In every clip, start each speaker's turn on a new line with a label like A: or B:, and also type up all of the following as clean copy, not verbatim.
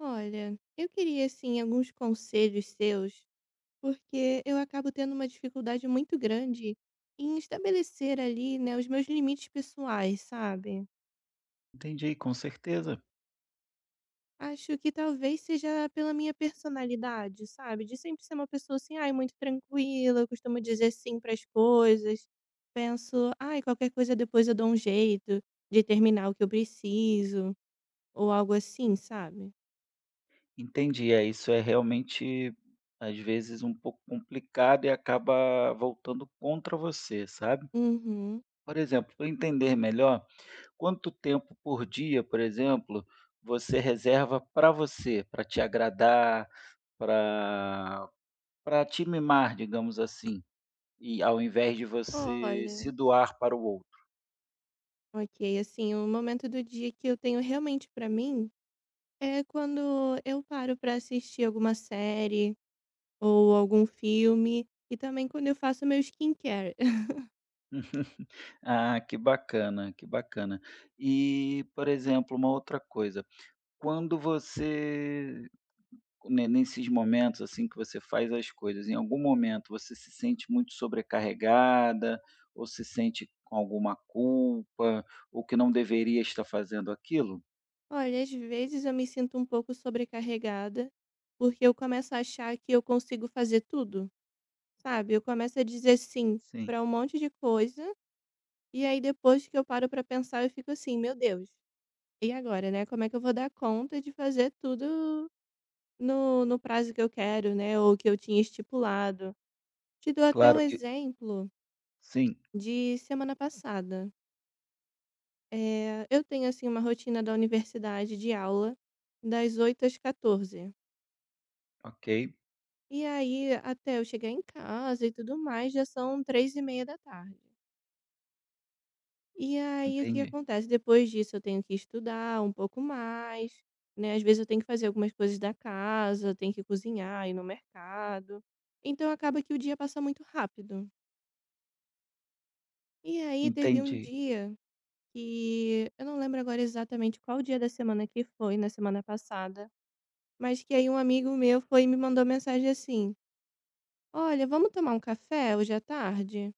A: Olha, eu queria assim alguns conselhos seus, porque eu acabo tendo uma dificuldade muito grande em estabelecer ali, né, os meus limites pessoais, sabe?
B: Entendi, com certeza.
A: Acho que talvez seja pela minha personalidade, sabe? De sempre ser uma pessoa assim, ai, muito tranquila, eu costumo dizer sim para as coisas. Penso, ai, qualquer coisa depois eu dou um jeito de terminar o que eu preciso, ou algo assim, sabe?
B: Entendi, é, isso é realmente, às vezes, um pouco complicado e acaba voltando contra você, sabe.
A: Uhum.
B: Por exemplo, para entender melhor, quanto tempo por dia, por exemplo, você reserva para você, para te agradar, para para te mimar, digamos assim, e ao invés de você
A: Olha,
B: se doar para o outro?
A: ok, assim, o momento do dia que eu tenho realmente pra mim é quando eu paro pra assistir alguma série ou algum filme e também quando eu faço meu skincare.
B: Ah, que bacana, que bacana. E, por exemplo, uma outra coisa. Quando você ne nesses momentos, assim, que você faz as coisas, em algum momento você se sente muito sobrecarregada ou se sente com alguma culpa ou que não deveria estar fazendo aquilo?
A: Olha, às vezes eu me sinto um pouco sobrecarregada porque eu começo a achar que eu consigo fazer tudo, sabe? Eu começo a dizer sim
B: Sim,
A: pra um monte de coisa, e aí depois que eu paro pra pensar eu fico assim, meu Deus, e agora, né? Como é que eu vou dar conta de fazer tudo no prazo que eu quero, né, ou que eu tinha estipulado. Te dou até o
B: claro. E
A: exemplo
B: sim,
A: de semana passada. Eu tenho, assim, uma rotina da universidade de aula das oito às 14.
B: ok,
A: E aí, até eu chegar em casa e tudo mais, já são três e meia da tarde. E aí, o que
B: entendi,
A: acontece? Depois disso, eu tenho que estudar um pouco mais, né, às vezes eu tenho que fazer algumas coisas da casa, tenho que cozinhar, ir no mercado. Então acaba que o dia passa muito rápido. E aí teve um
B: entendi.
A: dia que eu não lembro agora exatamente qual dia da semana que foi, na semana passada, mas que aí um amigo meu foi e me mandou mensagem assim: "Olha, vamos tomar um café hoje à tarde?".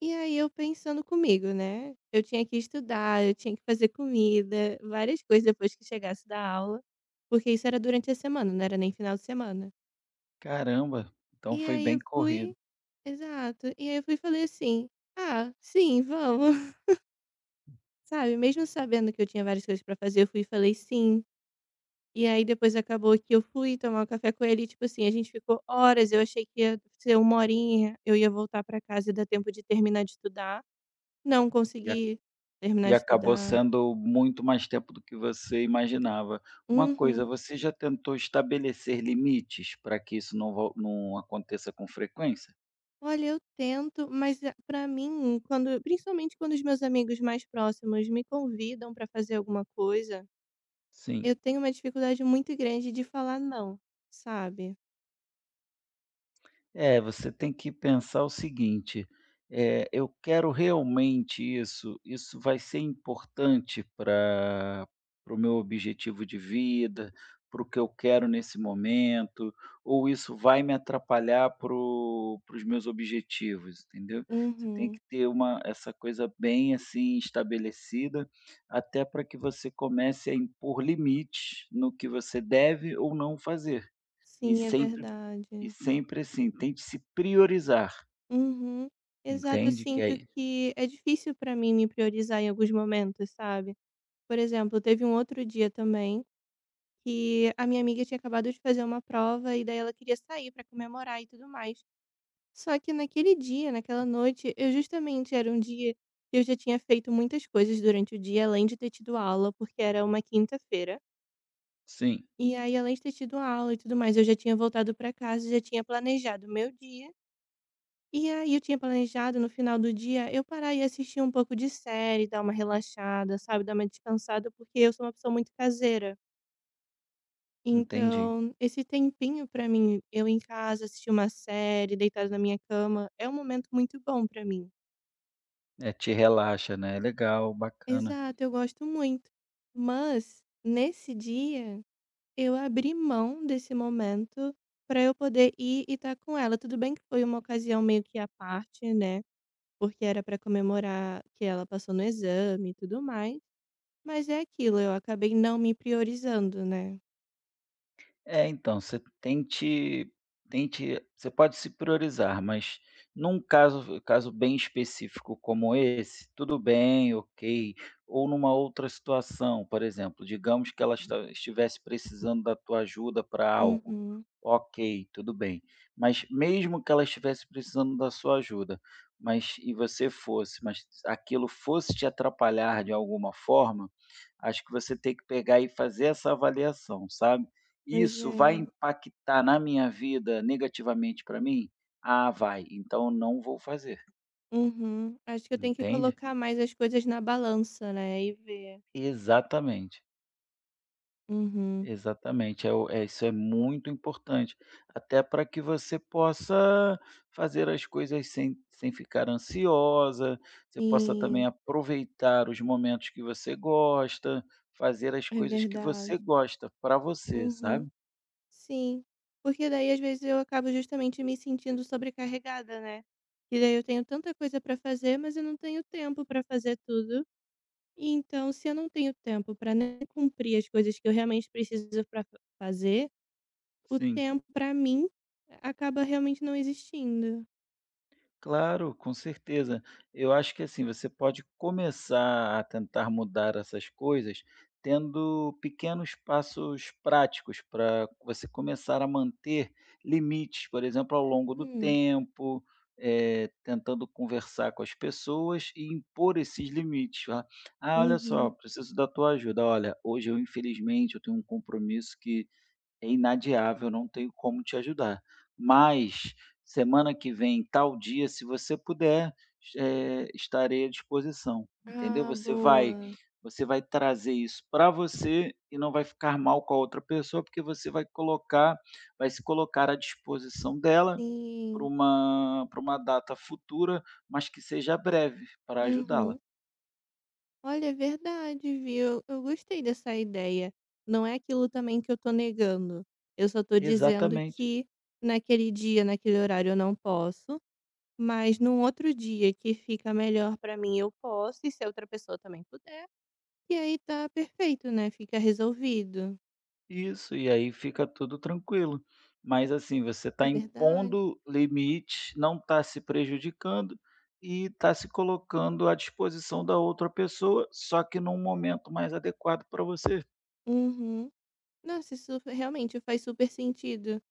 A: E aí eu pensando comigo, né, eu tinha que estudar, eu tinha que fazer comida, várias coisas depois que chegasse da aula, porque isso era durante a semana, não era nem final de semana.
B: Caramba, então
A: E
B: foi
A: aí
B: bem
A: eu
B: corrido.
A: fui Exato, e aí eu fui e falei assim: "Ah, sim, vamos". Sabe, mesmo sabendo que eu tinha várias coisas pra fazer, eu fui e falei "sim". E aí depois acabou que eu fui tomar um café com ele e, tipo assim, a gente ficou horas, eu achei que ia ser 1 horinha, eu ia voltar pra casa e dar tempo de terminar de estudar. Não consegui terminar
B: E
A: de
B: acabou
A: estudar.
B: sendo muito mais tempo do que você imaginava. Uma coisa,
A: Uhum.
B: você já tentou estabelecer limites para que isso não aconteça com frequência?
A: Olha, eu tento, mas a pra mim, quando principalmente quando os meus amigos mais próximos me convidam pra fazer alguma coisa,
B: Sim.
A: eu tenho uma dificuldade muito grande de falar "não", sabe.
B: É, você tem que pensar o seguinte: eu quero realmente isso, isso vai ser importante para o meu objetivo de vida, para o que eu quero nesse momento, ou isso vai me atrapalhar para os meus objetivos, entendeu? Você tem
A: Uhum.
B: que ter uma, essa coisa bem assim estabelecida, até para que você comece a impor limites no que você deve ou não fazer. E
A: Sim, é
B: sempre e
A: verdade.
B: sempre assim, tente se priorizar,
A: Uhum. Exato, eu
B: entende, que
A: sinto
B: aí
A: que é difícil pra mim me priorizar em alguns momentos, sabe. Por exemplo, teve um outro dia também que a minha amiga tinha acabado de fazer uma prova e daí ela queria sair pra comemorar e tudo mais. Só que naquele dia, naquela noite, eu justamente era um dia que eu já tinha feito muitas coisas durante o dia, além de ter tido aula, porque era uma quinta-feira.
B: sim,
A: E aí, além de ter tido aula e tudo mais, eu já tinha voltado pra casa, já tinha planejado o meu dia. E aí eu tinha planejado no final do dia eu parar e assistir um pouco de série, dar uma relaxada, sabe, dar uma descansada, porque eu sou uma pessoa muito caseira.
B: entendi.
A: Então, esse tempinho pra mim, eu em casa, assistir uma série, deitado na minha cama, é um momento muito bom pra mim.
B: É, te relaxa, né, é legal, bacana.
A: Exato, eu gosto muito. Mas nesse dia eu abri mão desse momento pra eu poder ir e estar com ela. Tudo bem que foi uma ocasião meio que à parte, né? Porque era para comemorar que ela passou no exame e tudo mais, mas é aquilo, eu acabei não me priorizando, né.
B: É, então, você tente, tente você pode se priorizar, mas num caso bem específico como esse, tudo bem, ok. Ou numa outra situação, por exemplo, digamos que ela esta estivesse precisando da tua ajuda para algo,
A: Uhum.
B: ok, tudo bem. Mas mesmo que ela estivesse precisando da sua ajuda, mas aquilo fosse te atrapalhar de alguma forma, acho que você tem que pegar e fazer essa avaliação, sabe?
A: Pois
B: Isso vai
A: é.
B: impactar na minha vida negativamente para mim? Ah, vai, então não vou fazer,
A: Uhum. Acho que eu tenho que
B: entende?
A: colocar mais as coisas na balança, né, e ver.
B: Exatamente,
A: Uhum.
B: exatamente, é o é isso é muito importante, até para que você possa fazer as coisas sem ficar ansiosa, você possa
A: Sim,
B: também aproveitar os momentos que você gosta, fazer as
A: é
B: coisas que
A: verdade.
B: você gosta, para você,
A: Uhum.
B: sabe?
A: Sim. Porque daí às vezes eu acabo justamente me sentindo sobrecarregada, né. E daí eu tenho tanta coisa pra fazer, mas eu não tenho tempo pra fazer tudo. Então, se eu não tenho tempo para nem cumprir as coisas que eu realmente preciso para fazer, o
B: Sim.
A: tempo para mim acaba realmente não existindo.
B: Claro, com certeza. Eu acho que assim, você pode começar a tentar mudar essas coisas tendo pequenos passos práticos para você começar a manter limites, por exemplo, ao longo do
A: Hum,
B: tempo, tentando conversar com as pessoas e impor esses limites. Ah, olha só,
A: uhum.
B: preciso da tua ajuda. Olha, hoje eu infelizmente eu tenho um compromisso que é inadiável, não tenho como te ajudar. Mas semana que vem, tal dia, se você puder, estarei à disposição, entendeu?
A: Ah, boa.
B: Você vai trazer isso para você e não vai ficar mal com a outra pessoa, porque você vai colocar vai se colocar à disposição dela
A: Sim.
B: para uma data futura, mas que seja breve, para ajudá-la.
A: Uhum. Olha, é verdade, viu. Eu gostei dessa ideia. Não é aquilo também que eu tô negando. Eu só tô dizendo
B: Exatamente.
A: que naquele dia, naquele horário eu não posso, mas num outro dia que fica melhor pra mim eu posso, e se a outra pessoa também puder. E aí tá perfeito, né, fica resolvido.
B: Isso, e aí fica tudo tranquilo. Mas assim, você
A: É
B: está
A: verdade.
B: impondo limites, não está se prejudicando e está se colocando à disposição da outra pessoa, só que num momento mais adequado para você.
A: Uhum. Nossa, isso realmente faz super sentido,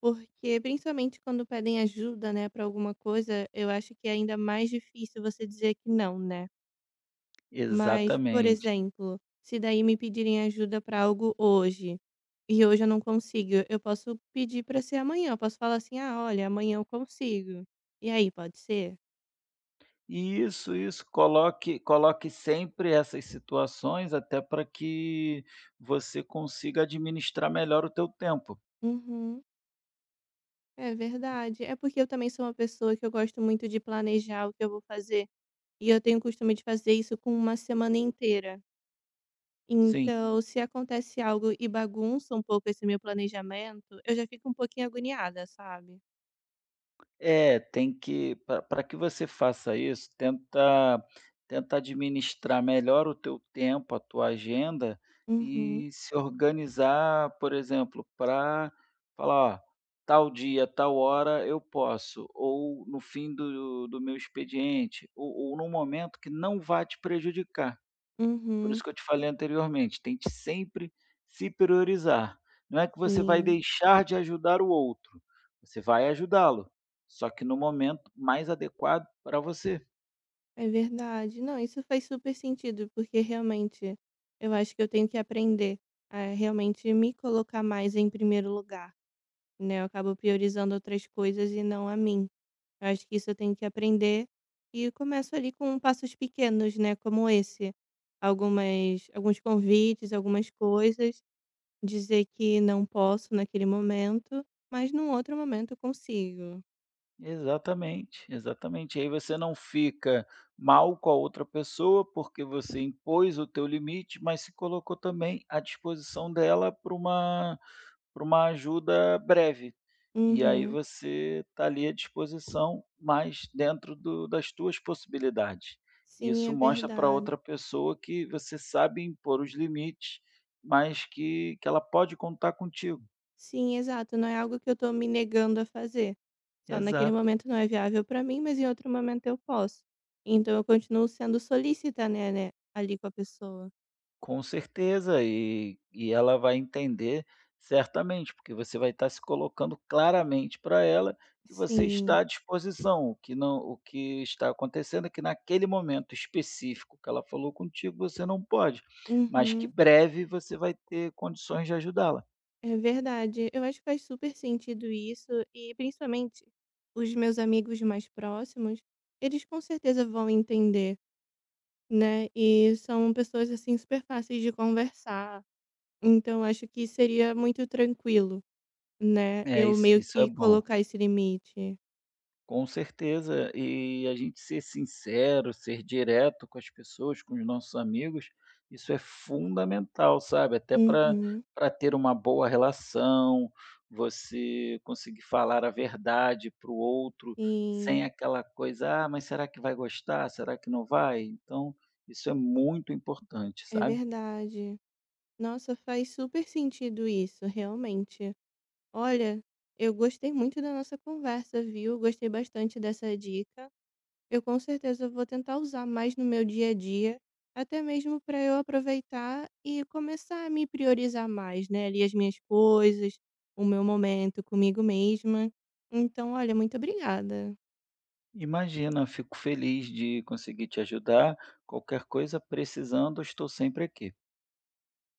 A: porque principalmente quando pedem ajuda, né, pra alguma coisa, eu acho que é ainda mais difícil você dizer que não, né. Mas, por
B: Exatamente.
A: exemplo, se daí me pedirem ajuda pra algo hoje, e hoje eu não consigo, eu posso pedir pra ser amanhã, eu posso falar assim: "Ah, olha, amanhã eu consigo". E aí, pode ser?
B: E isso, isso. Coloque, coloque sempre essas situações até para que você consiga administrar melhor o teu tempo.
A: Uhum. É verdade. É porque eu também sou uma pessoa que eu gosto muito de planejar o que eu vou fazer, e eu tenho o costume de fazer isso com uma semana inteira.
B: Sim.
A: Então, se acontece algo e bagunça um pouco esse meu planejamento, eu já fico um pouquinho agoniada, sabe?
B: É, tem que para pra que você faça isso, tenta, tenta administrar melhor o teu tempo, a tua agenda
A: Uhum,
B: e se organizar, por exemplo, para falar: "Ó, tal dia, tal hora eu posso", ou no fim do meu expediente, ou num momento que não vá te prejudicar. Por isso
A: uhum,
B: que eu te falei anteriormente, tente sempre se priorizar. Não é que você vai
A: sim,
B: deixar de ajudar o outro, você vai ajudá-lo, só que no momento mais adequado para você.
A: é verdade. Não, isso faz super sentido, porque realmente eu acho que eu tenho que aprender a realmente me colocar mais em primeiro lugar, né? Eu acabo priorizando outras coisas e não a mim. Eu acho que isso eu tenho que aprender e começo ali com passos pequenos, né, como esse. Algumas Alguns convites, algumas coisas, dizer que não posso naquele momento, mas num outro momento eu consigo.
B: Exatamente, exatamente. Aí você não fica mal com a outra pessoa, porque você impôs o teu limite, mas se colocou também à disposição dela para uma ajuda breve. E aí
A: Uhum.
B: você está ali à disposição, mas dentro do das tuas possibilidades.
A: Sim,
B: Isso.
A: é
B: Hum, mostra para
A: verdade.
B: outra pessoa que você sabe impor os limites, mas que ela pode contar contigo.
A: Sim, exato, não é algo que eu tô me negando a fazer. Só naquele
B: Exato.
A: momento não é viável para mim, mas em outro momento eu posso. Então eu continuo sendo solícita, né, ali com a pessoa.
B: Com certeza, e ela vai entender certamente, porque você vai estar se colocando claramente para ela que você
A: Sim.
B: está à disposição, o que não o que está acontecendo é que naquele momento específico que ela falou contigo, você não pode, mas que
A: Uhum.
B: breve você vai ter condições de ajudá-la.
A: É verdade. Eu acho que faz super sentido isso e principalmente os meus amigos mais próximos, eles com certeza vão entender, né? E são pessoas assim super fáceis de conversar. Então acho que seria muito tranquilo, né?
B: É,
A: Eu
B: isso
A: meio
B: isso é
A: que
B: bom.
A: colocar esse limite.
B: Com certeza, e a gente ser sincero, ser direto com as pessoas, com os nossos amigos, isso é fundamental, sabe? Até
A: Uhum.
B: para ter uma boa relação, você conseguir falar a verdade para o outro
A: Sim,
B: sem aquela coisa: "Ah, mas será que vai gostar? Será que não vai?". Então, isso é muito importante,
A: é
B: sabe?
A: verdade. Nossa, faz super sentido isso, realmente. Olha, eu gostei muito da nossa conversa, viu? Gostei bastante dessa dica. Eu com certeza vou tentar usar mais no meu dia a dia, até mesmo para eu aproveitar e começar a me priorizar mais, né? Ali as minhas coisas, o meu momento comigo mesma. Então, olha, muito obrigada.
B: Imagina, fico feliz de conseguir te ajudar. Qualquer coisa precisando, eu estou sempre aqui.